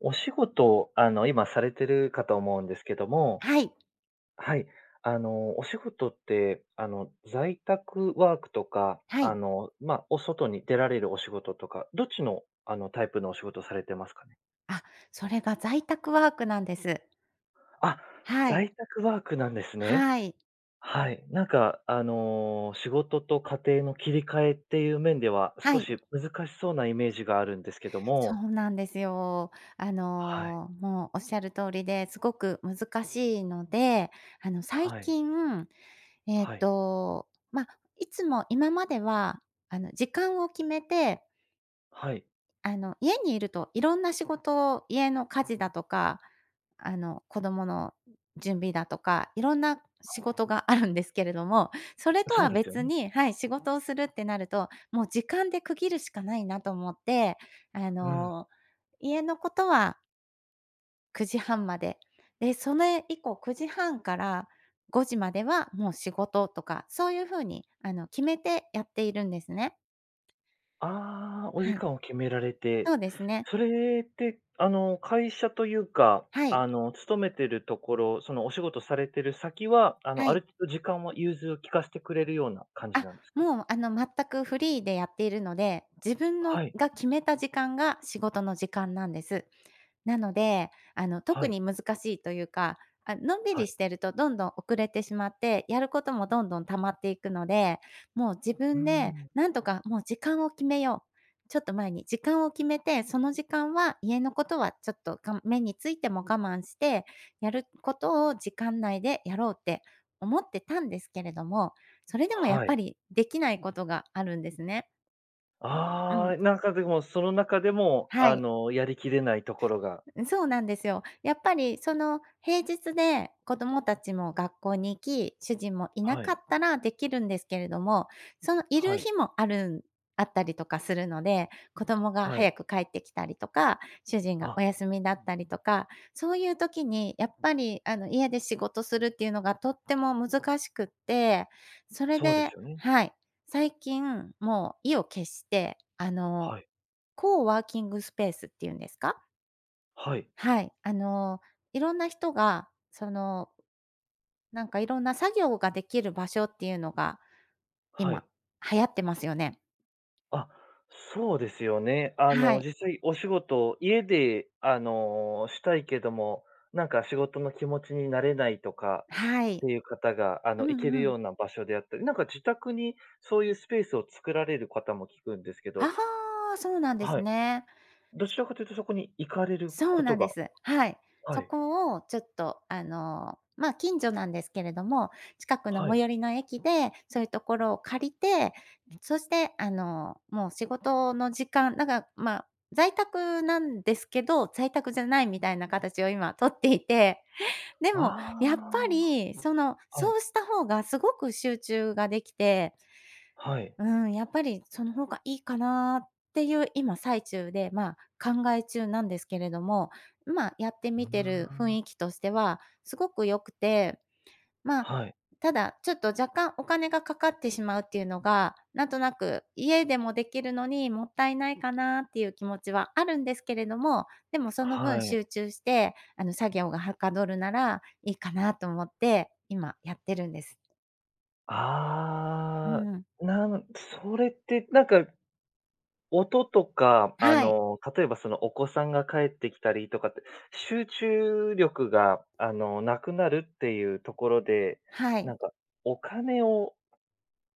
お仕事、今されてるかと思うんですけども、はい、はい。お仕事って、在宅ワークとか、はい。お外に出られるお仕事とか、どっちの、タイプのお仕事されてますかね？あ、それが在宅ワークなんです。あ、はい、在宅ワークなんですね。はい、はい。仕事と家庭の切り替えっていう面では、は少い。し難しそうなイメージがあるんですけどそも。うなんですよ。はい。もうおっしゃる通りですごく難しいので、最はい。近、はい。まあ、いつも今までは、時間を決めてはい。家にいるといろんな仕事を、家の家事だとか、子供の準備だとか、いろんな仕事があるんですけれども、それとそうはですよ別ね。に、はい、仕事をするってなると、もう時間で区切るしかないなと思って、あうん。の、家のことは9時半まで、で、それ以降9時半から5時まではもう仕事とか、そういう風に決めてやっているんですね。ああ、おは時い。間を決められて、そうですね。それって、会社というか、はい、勤めてるところ、そのお仕事されてる先は、はあるい。程度時間は融通を利かしてくれるような感じあ、なんですか？もう、全くフリーでやっているので、自分のはい、が決めた時間が仕事の時間なんです。なので、は特い、に難しいというか、あ、のんびはりい。してるとどんどん遅れてしまって、やることもどんどん溜まっていくので、もう自うー分でん、なんとかもう時間を決めよう。ちょっと前に時間を決めて、その時間は家のことはちょっとが目についても我慢して、やることを時間内でやろうって思ってたんですけれども、それでもやっはぱい。りできないことがあるんですね。うん、ああ、なんかでも、その中でも、はい。やりきれないところがそうなんですよ。やっぱりその平日で子供たちも学校に行き、主人もいなはかい、ったらできるんですけれども、そのいはるい、日もあるんあったりとかするので、子供がはい。早く帰ってきたりとか、主人があ、お休みだったりとか、そういう時にやっぱりあの家で仕事するっていうのがとっても難しくって、それそうですで、よね。はい、最近もう意を決して、はい、コーワーキングスペースっていうんですか？はい、はい。いろんな人が、その、なんかいろんな作業ができる場所っていうのが、は今い。流行ってますよね。あ、そうですよね。はい。実際お仕事、家で、したいけども、なんか仕事の気持ちになれないとかっはい。ていう方が、うん、行けるうよん。うな場所であったり、なんか自宅にそういうスペースを作られる方も聞くんですけど、ああ、そうなんではすい。ね。どちらかというとそこに行かれるそこうとなんでがす。はい。はそい、こをちょっと、まあ、近所なんですけれども、近くのは最い。寄りの駅で、そういうところを借りて、そして、もう仕事の時間だから、まあ、在宅なんですけど、在宅じゃないみたいな形を今取っていて、であもやっぱあ、り、その、はい、そうした方がすごく集中ができて、はい。うん、やっぱりその方がいいかなっていう今最中で、まあ、考え中なんですけれども、まあ、やってうーみてる雰ん、囲気としてはすごく良くて、まあ、はい、ただちょっと若干お金がかかってしまうっていうのが、なんとなく家でもできるのにもったいないかなっていう気持ちはあるんですけれども、でもその分はい。集中して、作業がはかどるならいいかなと思って今やってるんです。うあん。あ、それってなんか音とか、はい。例えばそのお子さんが帰ってきたりとかって、集中力が、なくなるっていうところで、はない。んか、お金を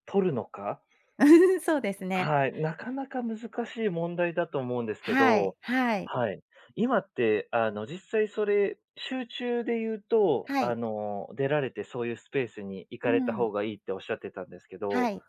取るのか そうですね。はい、なかなか難しい問題だと思うんですけはど、い、はい、はい。今って、実際それ、集中で言うと、はい、出られてそういうスペースに行うかれたん、方がいいっておっしゃってたんですけはどい、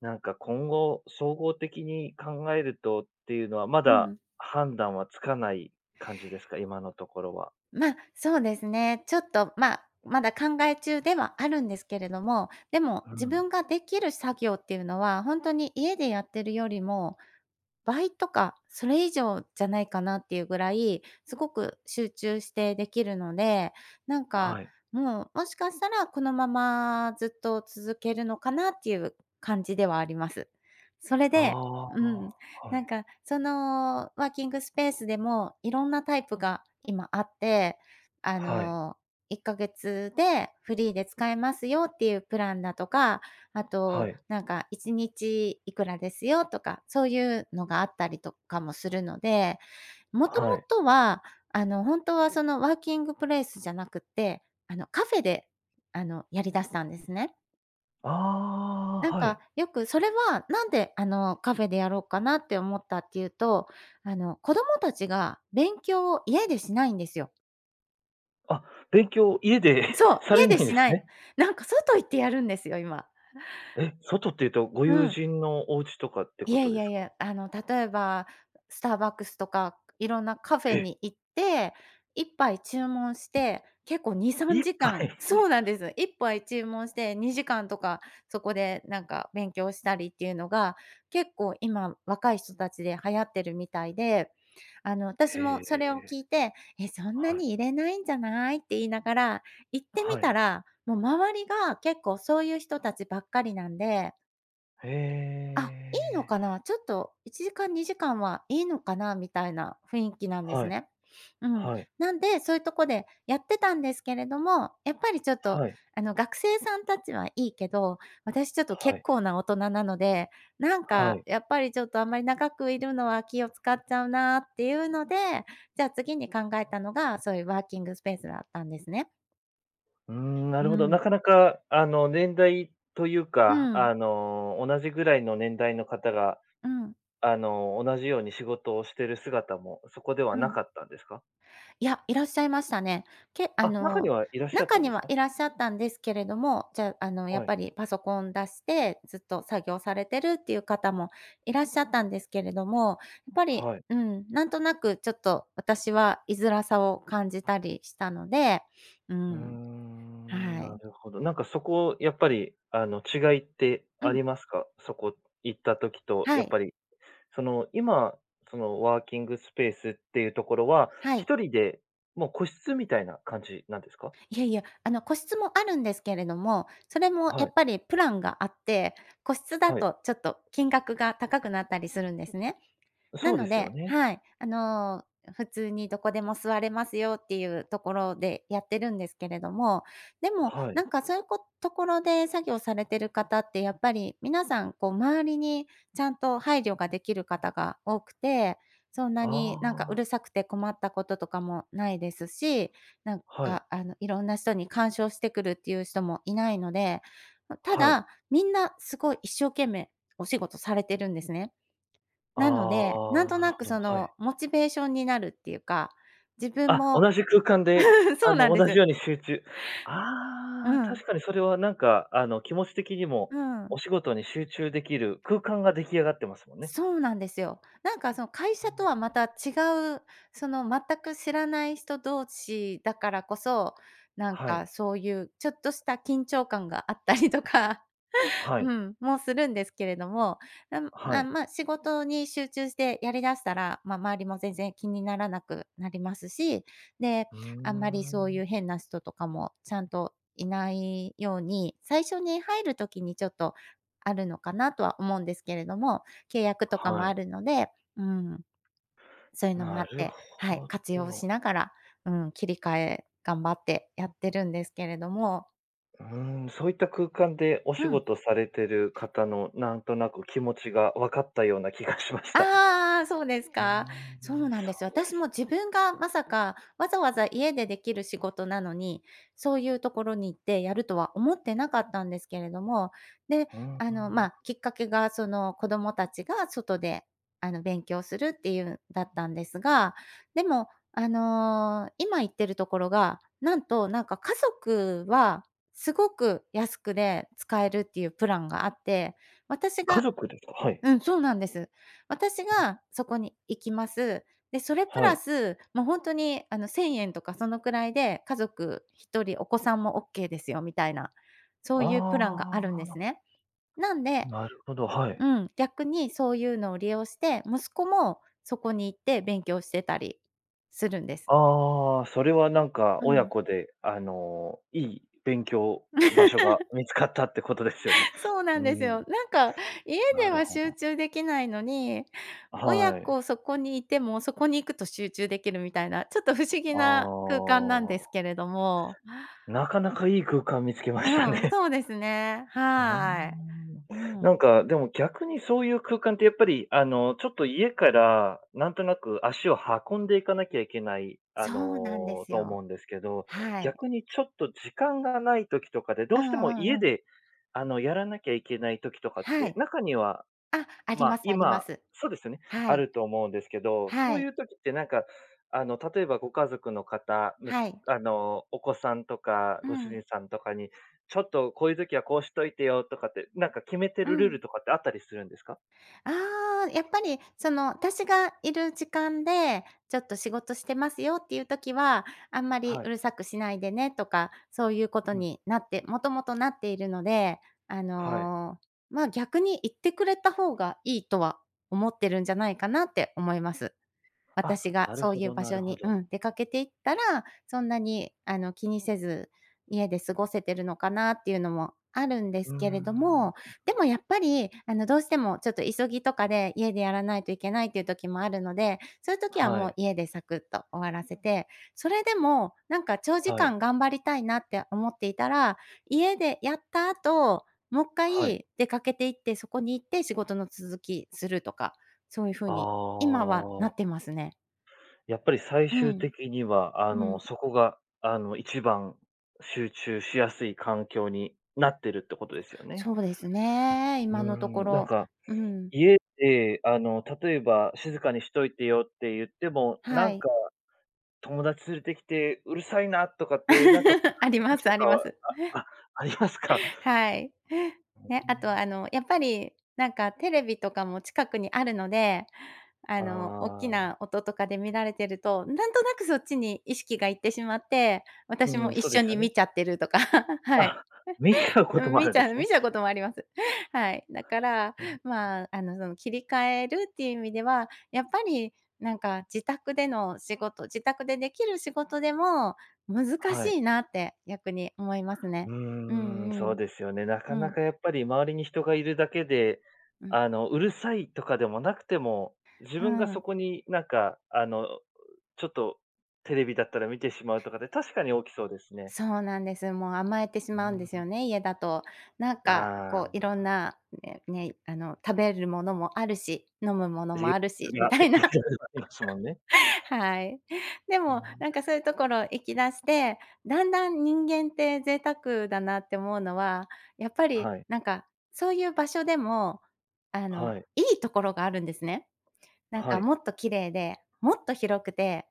なんか今後、総合的に考えるとっていうのは、まうだん。判断はつかない感じですか？今のところは。ま、あそうですね。ちょっと、まあ、まだ考え中ではあるんですけれども、でもう自ん。分ができる作業っていうのは、本当に家でやってるよりも倍とか、それ以上じゃないかなっていうぐらい、すごく集中してできるので、なんか、はい。もう、もしかしたらこのままずっと続けるのかなっていう感じではあります。それあであ、うん、はなんい。か、そのワーキングスペースでもいろんなタイプが今あって、あはい。の、1ヶ月でフリーで使えますよっていうプランだとかあはと、い。なんか1日いくらですよとか、そういうのがあったりとかもするので、もともはい。とは、本当はそのワーキングプレイスじゃなくて、カフェで、やりだしたんですね。あなあ、んはか、い。よくそれはなんで、カフェでやろうかなって思ったっていうと、子供たちが勉強を家でしないんですよ。あ、勉強、家で そう、され家でないんでしすないの。ね。なんか外行ってやるんですよ、今。え、外っていうと、ごう友ん。人のお家とかっていこやといでやすいか？や、例えば、スターバックスとか、いろんなカフェえ、に行って、一杯注文して、結構2、3ぱ時間 杯？そうなんです。一杯注文して2時間とか、そこでなんか勉強したりっていうのが、結構今若い人たちで流行ってるみたいで、私へもそれをえ、聞いて、「え、そんなはい。に入れないんじゃない？」って言いながら、行ってみはたい。ら、もう周りが結構そういう人たちばっかりなんでへあ、いいのえ。かな、ちょっと1時間、2時間はいいのかなみたいな雰囲気なんですはい。ね。うん。はい。なんで、そういうとこでやってたんですけれども、やっぱりちょっと、はい。学生さんたちはいいけど、私ちょっとは結い。構な大人なので、なんはかい。やっぱりちょっとあんまり長くいるのは気を使っちゃうなっていうので、じゃあ次に考えたのが、そういうワーキングスペースだったんですね。うーん、なるほうど。なん。かなか、年代といううか、ん。同じぐらいの年代の方が、うん。同じように仕事をしてる姿も、そこではうなん。かったんですか？いや、いらっしゃいましたね。けああ、中にの、はいらっしゃっ中たんにですはか？いらっしゃったんですけれども、じゃあ、やっはい。ぱりパソコン出して、ずっと作業されてるっていう方もいらっしゃったんですけれども、やっぱり、はい。うん、なんとなくちょっと私は居づらさを感じたりしたので、ううーん、ん、はない。るほど。なんかそこ、やっぱり、違いってうあん、りますか？そこ行った時と、やはっい、ぱり、その、今、その、ワーキングスペースっていうところは、はい。一人で、もう個室みたいな感じなんですか？いやいや、個室もあるんですけれども、それもはやい、っぱりプランがあって、個室だはい。とちょっと金額が高くなったりするんですね。なそうでのすよで、ね。はい、普通にどこでも座れますよっていうところでやってるんですけれども、でも、はない。んかそういうこ、ところで作業されてる方ってやっぱり皆さんこう周りにちゃんと配慮ができる方が多くて、そんあなになんかうあ、るさくて困ったこととかもないですし、なんはい、かあのいろんな人に干渉してくるっていう人もいないので、たはい。だ、みんなすごい一生懸命お仕事されてるんですね。あなので、なんあ、となるなほくど、そはの、い。モチベーションになるっていうか、自分あ、も同じ空間で、うんそうなんで同じす。ように集中うああ、確ん、かにそれはなんか、気持ち的にもうおん。仕事に集中できる空間が出来上がってますもんね。そうなんですよ。なんかその会社とはまた違う、その全く知らない人同士だからこそ、なんはい、かそういうちょっとした緊張感があったりとかはい、うん、もうするんですけれども、はい。まあ、仕事に集中してやりだしたら、まあ、周りも全然気にならなくなりますし、で、うーあんまりそういん、う変な人とかもちゃんといないように、最初に入る時にちょっとあるのかなとは思うんですけれども、契約とかはもい。あるので、うん、そういうのもあなっるて、はい、ほ活用しど。ながら、うん、切り替え頑張ってやってるんですけれども、うーん、そういった空間でお仕うん。事されてる方のなんとなく気持ちが分かったような気がしました。ああ、そうですうーん、そか。そううでなんですよ。私す。も自分がまさか、わざわざ家でできる仕事なのに、そういうところに行ってやるとは思ってなかったんですけれども、で、うーあの、ま、あん。きっかけがその子供たちが外で、勉強するっていうんだったんですが、でも、今行ってるところが、なんと、なんか家族はすごく安くで使えるっていうプランがあって、私家が、族ですか？はい。うん、そうなんです。私がそこに行きます。で、それプはラい。ス、もう本当に¥1000 とかそのくらいで、家族一人、お子さんもオッケーですよみたいな、そういうプランがあるんあですね。なんで、あ、なるほど、はうい。ん、逆にそういうのを利用して、息子もそこに行って勉強してたりするんです。ああ、それはなんかう親ん。子で、いい勉強場所が見つかったってことですよね。そうなんうですん、よ。なんか家なでるはほど。集中できないのに、親はい。子そこにいても、そこに行くと集中できるみたいな、ちょっと不思議あな空間なんですあ、けれども。なかなかいい空間見つけましたうん、ね。そうですね。あはーい。うなんん。か、でも逆にそういう空間ってやっぱり、ちょっと家からなんとなく足を運んでいかなきゃいけない、そうなんですと思うよ。んですけど、はい。逆にちょっと時間がない時とかで、どううんしてもう家んうん。で、やらなきゃいけない時とかっはて、い。中にはあ、ありままあ、すありま今す。そうですよね、はあい。ると思うんですけど、そはうい。いう時ってなんか、例えばご家族の方、はい。お子さんとかうご主ん。人さんとかに、ちょっとこういう時はこうしといてよとかって、なんか決めてうるルールん。とかってあったりするんですか？ああ、やっぱりその、私がいる時間で、ちょっと仕事してますよっていう時は、あんまりはうい。るさくしないでねとか、そういうことうん。になって、もともとなっているので、あはい。の、まあ、逆に言ってくれた方がいいとは思ってるんじゃないかなって思います。あ、私がなるそうほいうど場な所るほに、うど。ん、出かけていったら、そんなに気にせず、家で過ごせてるのかなっていうのもあるんでうーすけれどん。も、でもやっぱり、どうしてもちょっと急ぎとかで家でやらないといけないっていう時もあるので、そういう時ははもうい、家でサクッと終わらせて、それでもなんか長時はい、間頑張りたいなって思っていたら、家でやった後、もう一はい。回出かけて行って、そこに行って仕事の続きするとか、そういう風あに今はなあ。ってますね。やっぱり最う終ん。的には、うん。そこが、一番集中しやすい環境になってるってことですよね。そうですね、う今のとこーん、なんろ。か、うん。家で、例えば「静かにしといてよ」って言っても、なはんい。か、友達連れてきて「うるさいな」とかって、なんか、ありま話すとありかは、ます。ああ、ありますか？はい。ね、うあとん、あの、やっぱりなんかテレビとかも近くにあるので、あ大きあ、な音とかで見られてると、なんとなくそっちに意識がいってしまって、う私もん、一そうで緒すよにね。見ちゃってるとか、はい。あ、見ちゃうことうん、もあ見るんちでゃうす見ね。ちゃうこともあります。はい。だから、うん、その切り替えるっていう意味では、やっぱりなんか自宅での仕事、自宅でできる仕事でも難はしい。いなって逆に思いますうね。ーうん、んうそうん。ですよね。なかうなん。かやっぱり周りに人がいるだけで、うん。うるさいとかでもなくても、自う分がそん。こになんか、ちょっとテレビだったら見てしまうとかで確かに起きそうですね。そうなんです。もう甘えてしうまうんでん、すよね、家だと。なんかあこういろんあ、な、食べるものもあるし、飲むもの理も由あるしみが た いいな。ろいろありますもんね。はい。でうも、ん、なんかそういうところ行き出して、だんだん人間って贅沢だなって思うのは、やっぱりはい、なんか、そういう場所でも、はい、いいところがあるんですね。なんはかい、もっと綺麗で、もっと広くて、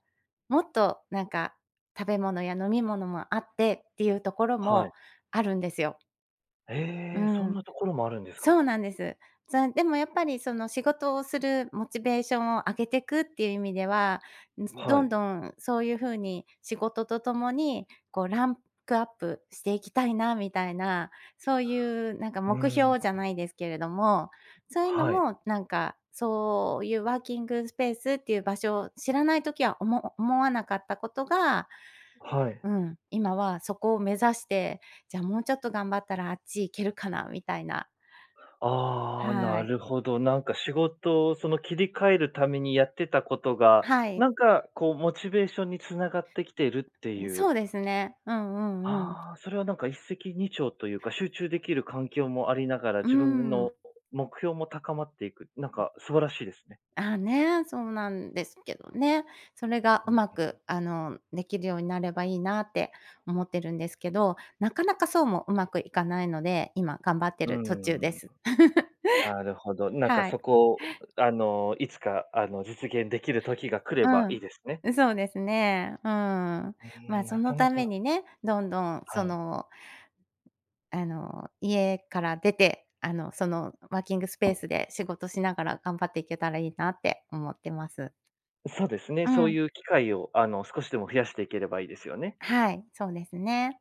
もっとなんか、食べ物や飲み物もあってっていうところはもい。あるんですよ。うええ、そんん。なところもあるんですか。そうなんです。でもやっぱりその仕事をするモチベーションを上げてくっていう意味では、どはんい。どんそういう風に仕事とともに、こうランクアップしていきたいなみたいな、そういうなんかう目ん、標じゃないですけれども、そういうのはい、もなんか、そういうワーキングスペースっていう場所を知らない時は思わなかったことが、はい。うん、今はそこを目指して、じゃあもうちょっと頑張ったらあっち行けるかなみたいな。ああ、なはい。るほど。なんか仕事をその切り替えるためにやってたことが、はい、なんかこうモチベーションにつながってきているっていそう。うですね。うんうんうん。ああ、それはなんか一石二鳥というか、集中できる環境もありながら、う自分のん。目標も高まっていく。なんか素晴らしいですね。ね、そうなんですけどね。それがうまく、できるようになればいいなって思ってるんですけど、なかなかそうもうまくいかないので、今頑張ってうる途ん、中でうす。ん、なるほど。なんかはそい。こを、いつか実現できる時が来ればういいですね。ん。そうですね。うん。まうあ、ん、そなのかなためかにね、どんどんはそい。の、あの、家から出て、そのワーキングスペースで仕事しながら頑張っていけたらいいなって思ってます。そうですね、うそうん。いう機会を、少しでも増やしていければいいですよね。はい、そうですね。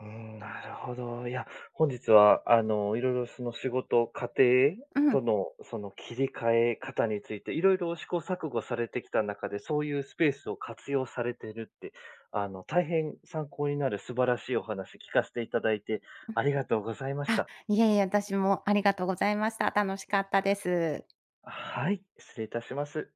うん。なるほど。いや、本日は、いろいろその仕事、家庭うん。とのその切り替え方について、いろいろ試行錯誤されてきた中で、そういうスペースを活用されてるって、大変参考になる素晴らしいお話聞かせていただいて、ありがとうございましあ、た。いえいえ、私もありがとうございました。楽しかったです。はい、失礼いたします。